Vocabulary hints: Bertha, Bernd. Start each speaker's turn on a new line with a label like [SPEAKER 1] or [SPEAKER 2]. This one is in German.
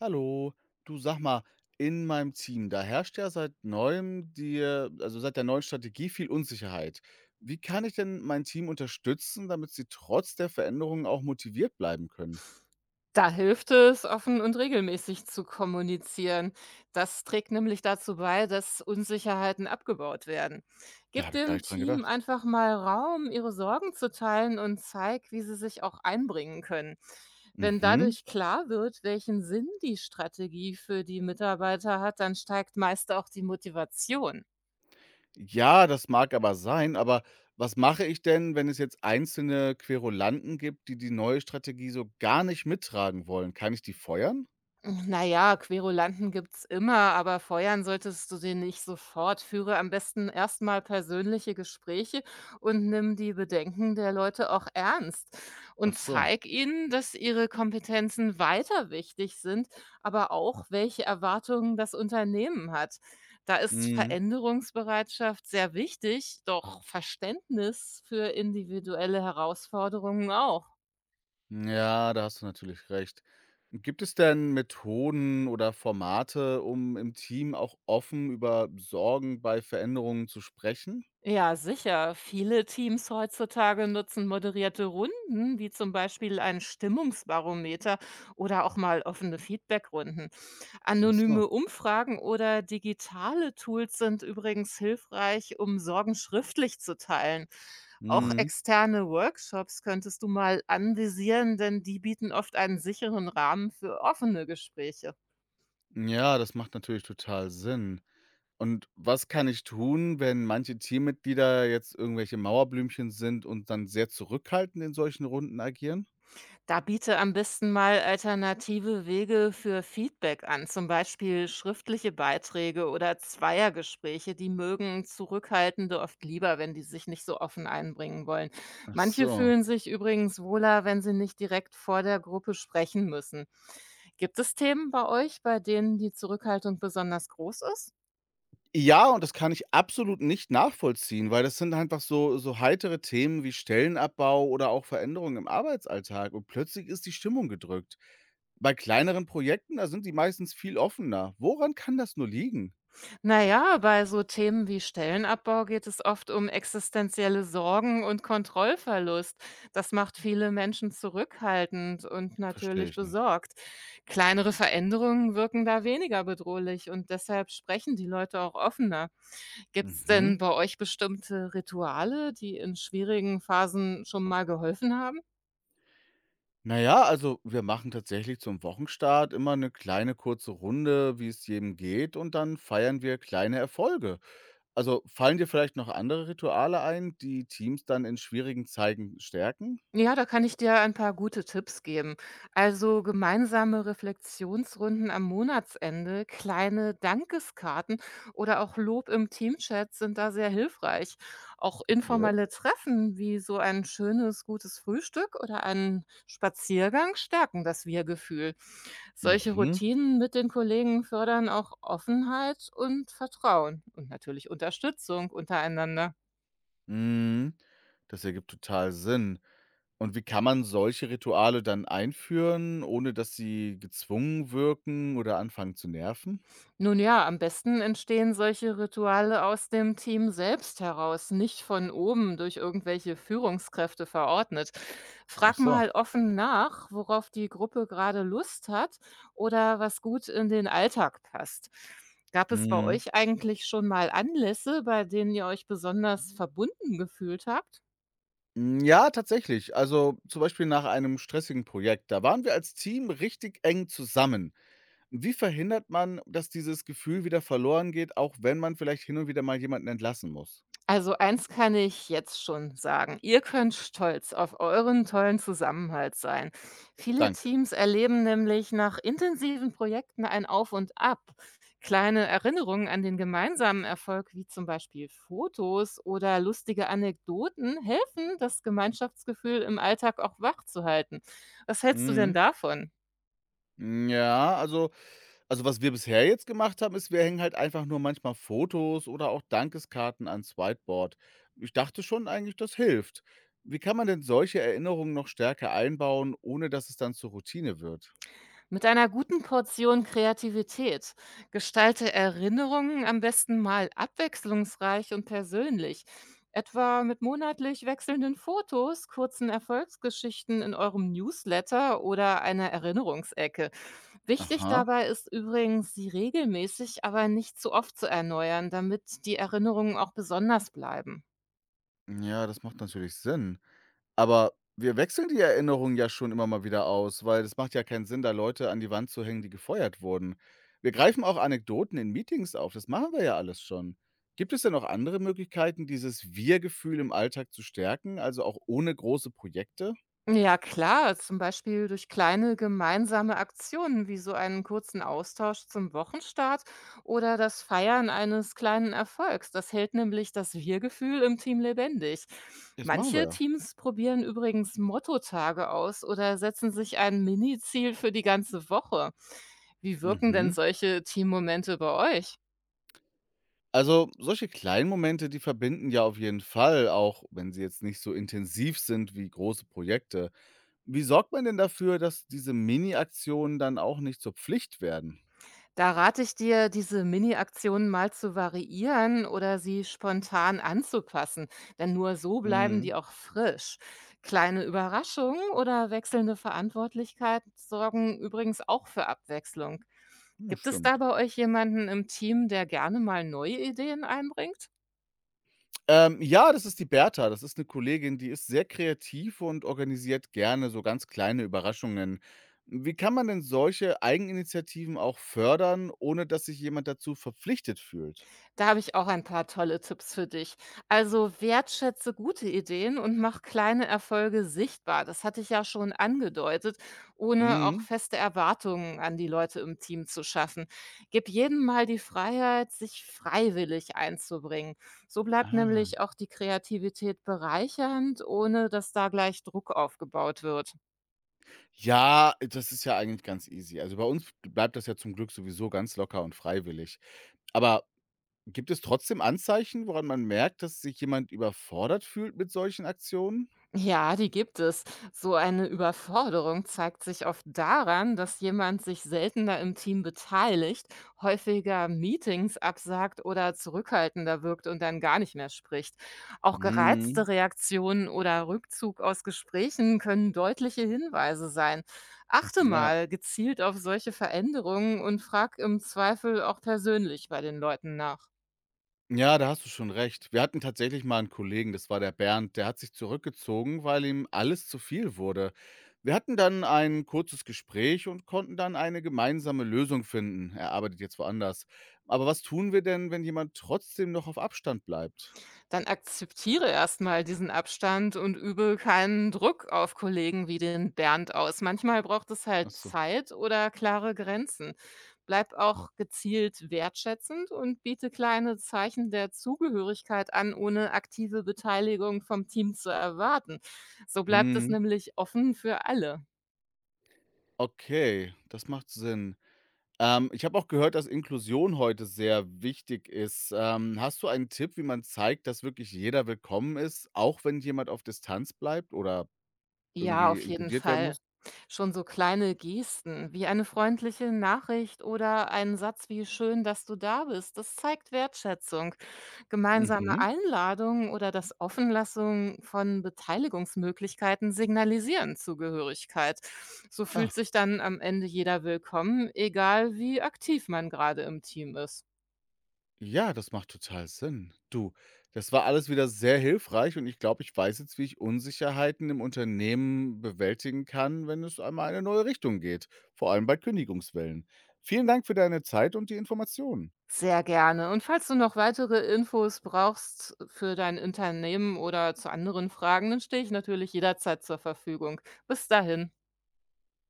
[SPEAKER 1] Hallo, du, sag mal, in meinem Team, da herrscht ja seit neuem die, also seit der neuen Strategie viel Unsicherheit. Wie kann ich denn mein Team unterstützen, damit sie trotz der Veränderungen auch motiviert bleiben können?
[SPEAKER 2] Da hilft es, offen und regelmäßig zu kommunizieren. Das trägt nämlich dazu bei, dass Unsicherheiten abgebaut werden.
[SPEAKER 1] Da
[SPEAKER 2] Gib
[SPEAKER 1] habe ich gar
[SPEAKER 2] dem
[SPEAKER 1] nicht dran
[SPEAKER 2] Team
[SPEAKER 1] gedacht.
[SPEAKER 2] einfach mal Raum, ihre Sorgen zu teilen und zeig, wie sie sich auch einbringen können. Wenn
[SPEAKER 1] Mhm.
[SPEAKER 2] dadurch klar wird, welchen Sinn die Strategie für die Mitarbeiter hat, dann steigt meist auch die Motivation.
[SPEAKER 1] Ja, das mag aber sein, aber was mache ich denn, wenn es jetzt einzelne Querulanten gibt, die neue Strategie so gar nicht mittragen wollen? Kann ich die feuern?
[SPEAKER 2] Na ja, Querulanten gibt's immer, aber feuern solltest du den nicht sofort. Führe am besten erstmal persönliche Gespräche und nimm die Bedenken der Leute auch ernst
[SPEAKER 1] Ach
[SPEAKER 2] und
[SPEAKER 1] so.
[SPEAKER 2] zeig ihnen, dass ihre Kompetenzen weiter wichtig sind, aber auch, welche Erwartungen das Unternehmen hat. Da ist
[SPEAKER 1] Mhm.
[SPEAKER 2] Veränderungsbereitschaft sehr wichtig, doch Verständnis für individuelle Herausforderungen auch.
[SPEAKER 1] Ja, da hast du natürlich recht. Gibt es denn Methoden oder Formate, um im Team auch offen über Sorgen bei Veränderungen zu sprechen?
[SPEAKER 2] Ja, sicher. Viele Teams heutzutage nutzen moderierte Runden, wie zum Beispiel ein Stimmungsbarometer oder auch mal offene Feedbackrunden.
[SPEAKER 1] Ach so.
[SPEAKER 2] Anonyme Umfragen oder digitale Tools sind übrigens hilfreich, um Sorgen schriftlich zu teilen. Auch
[SPEAKER 1] Mhm.
[SPEAKER 2] externe Workshops könntest du mal anvisieren, denn die bieten oft einen sicheren Rahmen für offene Gespräche.
[SPEAKER 1] Ja, das macht natürlich total Sinn. Und was kann ich tun, wenn manche Teammitglieder jetzt irgendwelche Mauerblümchen sind und dann sehr zurückhaltend in solchen Runden agieren?
[SPEAKER 2] Da biete am besten mal alternative Wege für Feedback an, zum Beispiel schriftliche Beiträge oder Zweiergespräche. Die mögen Zurückhaltende oft lieber, wenn die sich nicht so offen einbringen wollen.
[SPEAKER 1] Ach
[SPEAKER 2] Manche
[SPEAKER 1] so.
[SPEAKER 2] fühlen sich übrigens wohler, wenn sie nicht direkt vor der Gruppe sprechen müssen. Gibt es Themen bei euch, bei denen die Zurückhaltung besonders groß ist?
[SPEAKER 1] Ja, und das kann ich absolut nicht nachvollziehen, weil das sind einfach so heitere Themen wie Stellenabbau oder auch Veränderungen im Arbeitsalltag und plötzlich ist die Stimmung gedrückt. Bei kleineren Projekten, da sind die meistens viel offener. Woran kann das nur liegen?
[SPEAKER 2] Na ja, bei so Themen wie Stellenabbau geht es oft um existenzielle Sorgen und Kontrollverlust. Das macht viele Menschen zurückhaltend und
[SPEAKER 1] Verstehe
[SPEAKER 2] natürlich
[SPEAKER 1] ich nicht.
[SPEAKER 2] besorgt. Kleinere Veränderungen wirken da weniger bedrohlich und deshalb sprechen die Leute auch offener. Gibt es
[SPEAKER 1] Mhm.
[SPEAKER 2] denn bei euch bestimmte Rituale, die in schwierigen Phasen schon mal geholfen haben?
[SPEAKER 1] Naja, also wir machen tatsächlich zum Wochenstart immer eine kleine kurze Runde, wie es jedem geht, und dann feiern wir kleine Erfolge. Also fallen dir vielleicht noch andere Rituale ein, die Teams dann in schwierigen Zeiten stärken?
[SPEAKER 2] Ja, da kann ich dir ein paar gute Tipps geben. Also gemeinsame Reflexionsrunden am Monatsende, kleine Dankeskarten oder auch Lob im Teamchat sind da sehr hilfreich. Auch
[SPEAKER 1] Okay.
[SPEAKER 2] informelle Treffen wie so ein schönes, gutes Frühstück oder einen Spaziergang stärken das Wir-Gefühl. Solche
[SPEAKER 1] Mhm,
[SPEAKER 2] Routinen mit den Kollegen fördern auch Offenheit und Vertrauen und natürlich Unterstützung untereinander.
[SPEAKER 1] mhm. Das ergibt total Sinn. Und wie kann man solche Rituale dann einführen, ohne dass sie gezwungen wirken oder anfangen zu nerven?
[SPEAKER 2] Nun ja, am besten entstehen solche Rituale aus dem Team selbst heraus, nicht von oben durch irgendwelche Führungskräfte verordnet.
[SPEAKER 1] Ach
[SPEAKER 2] Frag
[SPEAKER 1] so.
[SPEAKER 2] mal offen nach, worauf die Gruppe gerade Lust hat oder was gut in den Alltag passt. Gab es bei
[SPEAKER 1] Mhm.
[SPEAKER 2] euch eigentlich schon mal Anlässe, bei denen ihr euch besonders verbunden gefühlt habt?
[SPEAKER 1] Hm, ja, tatsächlich. Also, zum Beispiel nach einem stressigen Projekt, da waren wir als Team richtig eng zusammen. Wie verhindert man, dass dieses Gefühl wieder verloren geht, auch wenn man vielleicht hin und wieder mal jemanden entlassen muss?
[SPEAKER 2] Also eins kann ich jetzt schon sagen. Ihr könnt stolz auf euren tollen Zusammenhalt sein. Viele
[SPEAKER 1] Danke.
[SPEAKER 2] Teams erleben nämlich nach intensiven Projekten ein Auf und Ab. Kleine Erinnerungen an den gemeinsamen Erfolg, wie zum Beispiel Fotos oder lustige Anekdoten, helfen, das Gemeinschaftsgefühl im Alltag auch wachzuhalten. Was hältst du denn
[SPEAKER 1] Mhm.
[SPEAKER 2] davon?
[SPEAKER 1] Hm, ja, also was wir bisher jetzt gemacht haben, ist, wir hängen halt einfach nur manchmal Fotos oder auch Dankeskarten ans Whiteboard. Ich dachte schon eigentlich, das hilft. Wie kann man denn solche Erinnerungen noch stärker einbauen, ohne dass es dann zur Routine wird?
[SPEAKER 2] Mit einer guten Portion Kreativität. Gestalte Erinnerungen am besten mal abwechslungsreich und persönlich, etwa mit monatlich wechselnden Fotos, kurzen Erfolgsgeschichten in eurem Newsletter oder einer Erinnerungsecke. Wichtig
[SPEAKER 1] Aha.
[SPEAKER 2] dabei ist übrigens, sie regelmäßig, aber nicht zu oft zu erneuern, damit die Erinnerungen auch besonders bleiben.
[SPEAKER 1] Ja, das macht natürlich Sinn. Aber wir wechseln die Erinnerungen ja schon immer mal wieder aus, weil das macht ja keinen Sinn, da Leute an die Wand zu hängen, die gefeuert wurden. Wir greifen auch Anekdoten in Meetings auf, das machen wir ja alles schon. Gibt es denn noch andere Möglichkeiten, dieses Wir-Gefühl im Alltag zu stärken, also auch ohne große Projekte?
[SPEAKER 2] Ja klar, zum Beispiel durch kleine gemeinsame Aktionen wie so einen kurzen Austausch zum Wochenstart oder das Feiern eines kleinen Erfolgs. Das hält nämlich das Wir-Gefühl im Team lebendig.
[SPEAKER 1] Das machen wir,
[SPEAKER 2] Manche
[SPEAKER 1] ja.
[SPEAKER 2] Teams probieren übrigens Mottotage aus oder setzen sich ein Mini-Ziel für die ganze Woche. Wie wirken denn
[SPEAKER 1] Mhm.
[SPEAKER 2] solche Teammomente bei euch?
[SPEAKER 1] Also, solche kleinen Momente, die verbinden ja auf jeden Fall, auch wenn sie jetzt nicht so intensiv sind wie große Projekte. Wie sorgt man denn dafür, dass diese Mini-Aktionen dann auch nicht zur Pflicht werden?
[SPEAKER 2] Da rate ich dir, diese Mini-Aktionen mal zu variieren oder sie spontan anzupassen, denn nur so bleiben
[SPEAKER 1] Mhm.
[SPEAKER 2] die auch frisch. Kleine Überraschungen oder wechselnde Verantwortlichkeiten sorgen übrigens auch für Abwechslung.
[SPEAKER 1] Ja,
[SPEAKER 2] Gibt es da
[SPEAKER 1] stimmt.
[SPEAKER 2] bei euch jemanden im Team, der gerne mal neue Ideen einbringt?
[SPEAKER 1] Ja, das ist die Bertha. Das ist eine Kollegin, die ist sehr kreativ und organisiert gerne so ganz kleine Überraschungen. Wie kann man denn solche Eigeninitiativen auch fördern, ohne dass sich jemand dazu verpflichtet fühlt?
[SPEAKER 2] Da habe ich auch ein paar tolle Tipps für dich. Also wertschätze gute Ideen und mach kleine Erfolge sichtbar. Das hatte ich ja schon angedeutet, ohne auch
[SPEAKER 1] Mhm.
[SPEAKER 2] feste Erwartungen an die Leute im Team zu schaffen. Gib jedem mal die Freiheit, sich freiwillig einzubringen. So bleibt
[SPEAKER 1] Ah.
[SPEAKER 2] nämlich auch die Kreativität bereichernd, ohne dass da gleich Druck aufgebaut wird.
[SPEAKER 1] Ja, das ist ja eigentlich ganz easy. Also bei uns bleibt das ja zum Glück sowieso ganz locker und freiwillig. Aber gibt es trotzdem Anzeichen, woran man merkt, dass sich jemand überfordert fühlt mit solchen Aktionen?
[SPEAKER 2] Ja, die gibt es. So eine Überforderung zeigt sich oft daran, dass jemand sich seltener im Team beteiligt, häufiger Meetings absagt oder zurückhaltender wirkt und dann gar nicht mehr spricht. Auch gereizte
[SPEAKER 1] Mhm.
[SPEAKER 2] Reaktionen oder Rückzug aus Gesprächen können deutliche Hinweise sein. Achte
[SPEAKER 1] Ja.
[SPEAKER 2] mal gezielt auf solche Veränderungen und frag im Zweifel auch persönlich bei den Leuten nach.
[SPEAKER 1] Ja, da hast du schon recht. Wir hatten tatsächlich mal einen Kollegen, das war der Bernd, der hat sich zurückgezogen, weil ihm alles zu viel wurde. Wir hatten dann ein kurzes Gespräch und konnten dann eine gemeinsame Lösung finden. Er arbeitet jetzt woanders. Aber was tun wir denn, wenn jemand trotzdem noch auf Abstand bleibt?
[SPEAKER 2] Dann akzeptiere erstmal diesen Abstand und übe keinen Druck auf Kollegen wie den Bernd aus. Manchmal braucht es
[SPEAKER 1] Ach
[SPEAKER 2] halt
[SPEAKER 1] so.
[SPEAKER 2] Zeit oder klare Grenzen. Bleib auch gezielt wertschätzend und biete kleine Zeichen der Zugehörigkeit an, ohne aktive Beteiligung vom Team zu erwarten. So bleibt es
[SPEAKER 1] Mhm.
[SPEAKER 2] nämlich offen für alle.
[SPEAKER 1] Okay, das macht Sinn. Ich habe auch gehört, dass Inklusion heute sehr wichtig ist. Hast du einen Tipp, wie man zeigt, dass wirklich jeder willkommen ist, auch wenn jemand auf Distanz bleibt oder
[SPEAKER 2] Ja,
[SPEAKER 1] irgendwie
[SPEAKER 2] auf jeden
[SPEAKER 1] inkludiert werden
[SPEAKER 2] Fall.
[SPEAKER 1] muss?
[SPEAKER 2] Schon so kleine Gesten wie eine freundliche Nachricht oder ein Satz wie schön, dass du da bist, das zeigt Wertschätzung. Gemeinsame
[SPEAKER 1] Mhm.
[SPEAKER 2] Einladungen oder das Offenlassen von Beteiligungsmöglichkeiten signalisieren Zugehörigkeit. So fühlt
[SPEAKER 1] Ah,
[SPEAKER 2] sich dann am Ende jeder willkommen, egal wie aktiv man gerade im Team ist.
[SPEAKER 1] ja, das macht total Sinn. Du, das war alles wieder sehr hilfreich und ich glaube, ich weiß jetzt, wie ich Unsicherheiten im Unternehmen bewältigen kann, wenn es einmal in eine neue Richtung geht, vor allem bei Kündigungswellen. Vielen Dank für deine Zeit und die Informationen.
[SPEAKER 2] Sehr gerne. Und falls du noch weitere Infos brauchst für dein Unternehmen oder zu anderen Fragen, dann stehe ich natürlich jederzeit zur Verfügung. Bis dahin.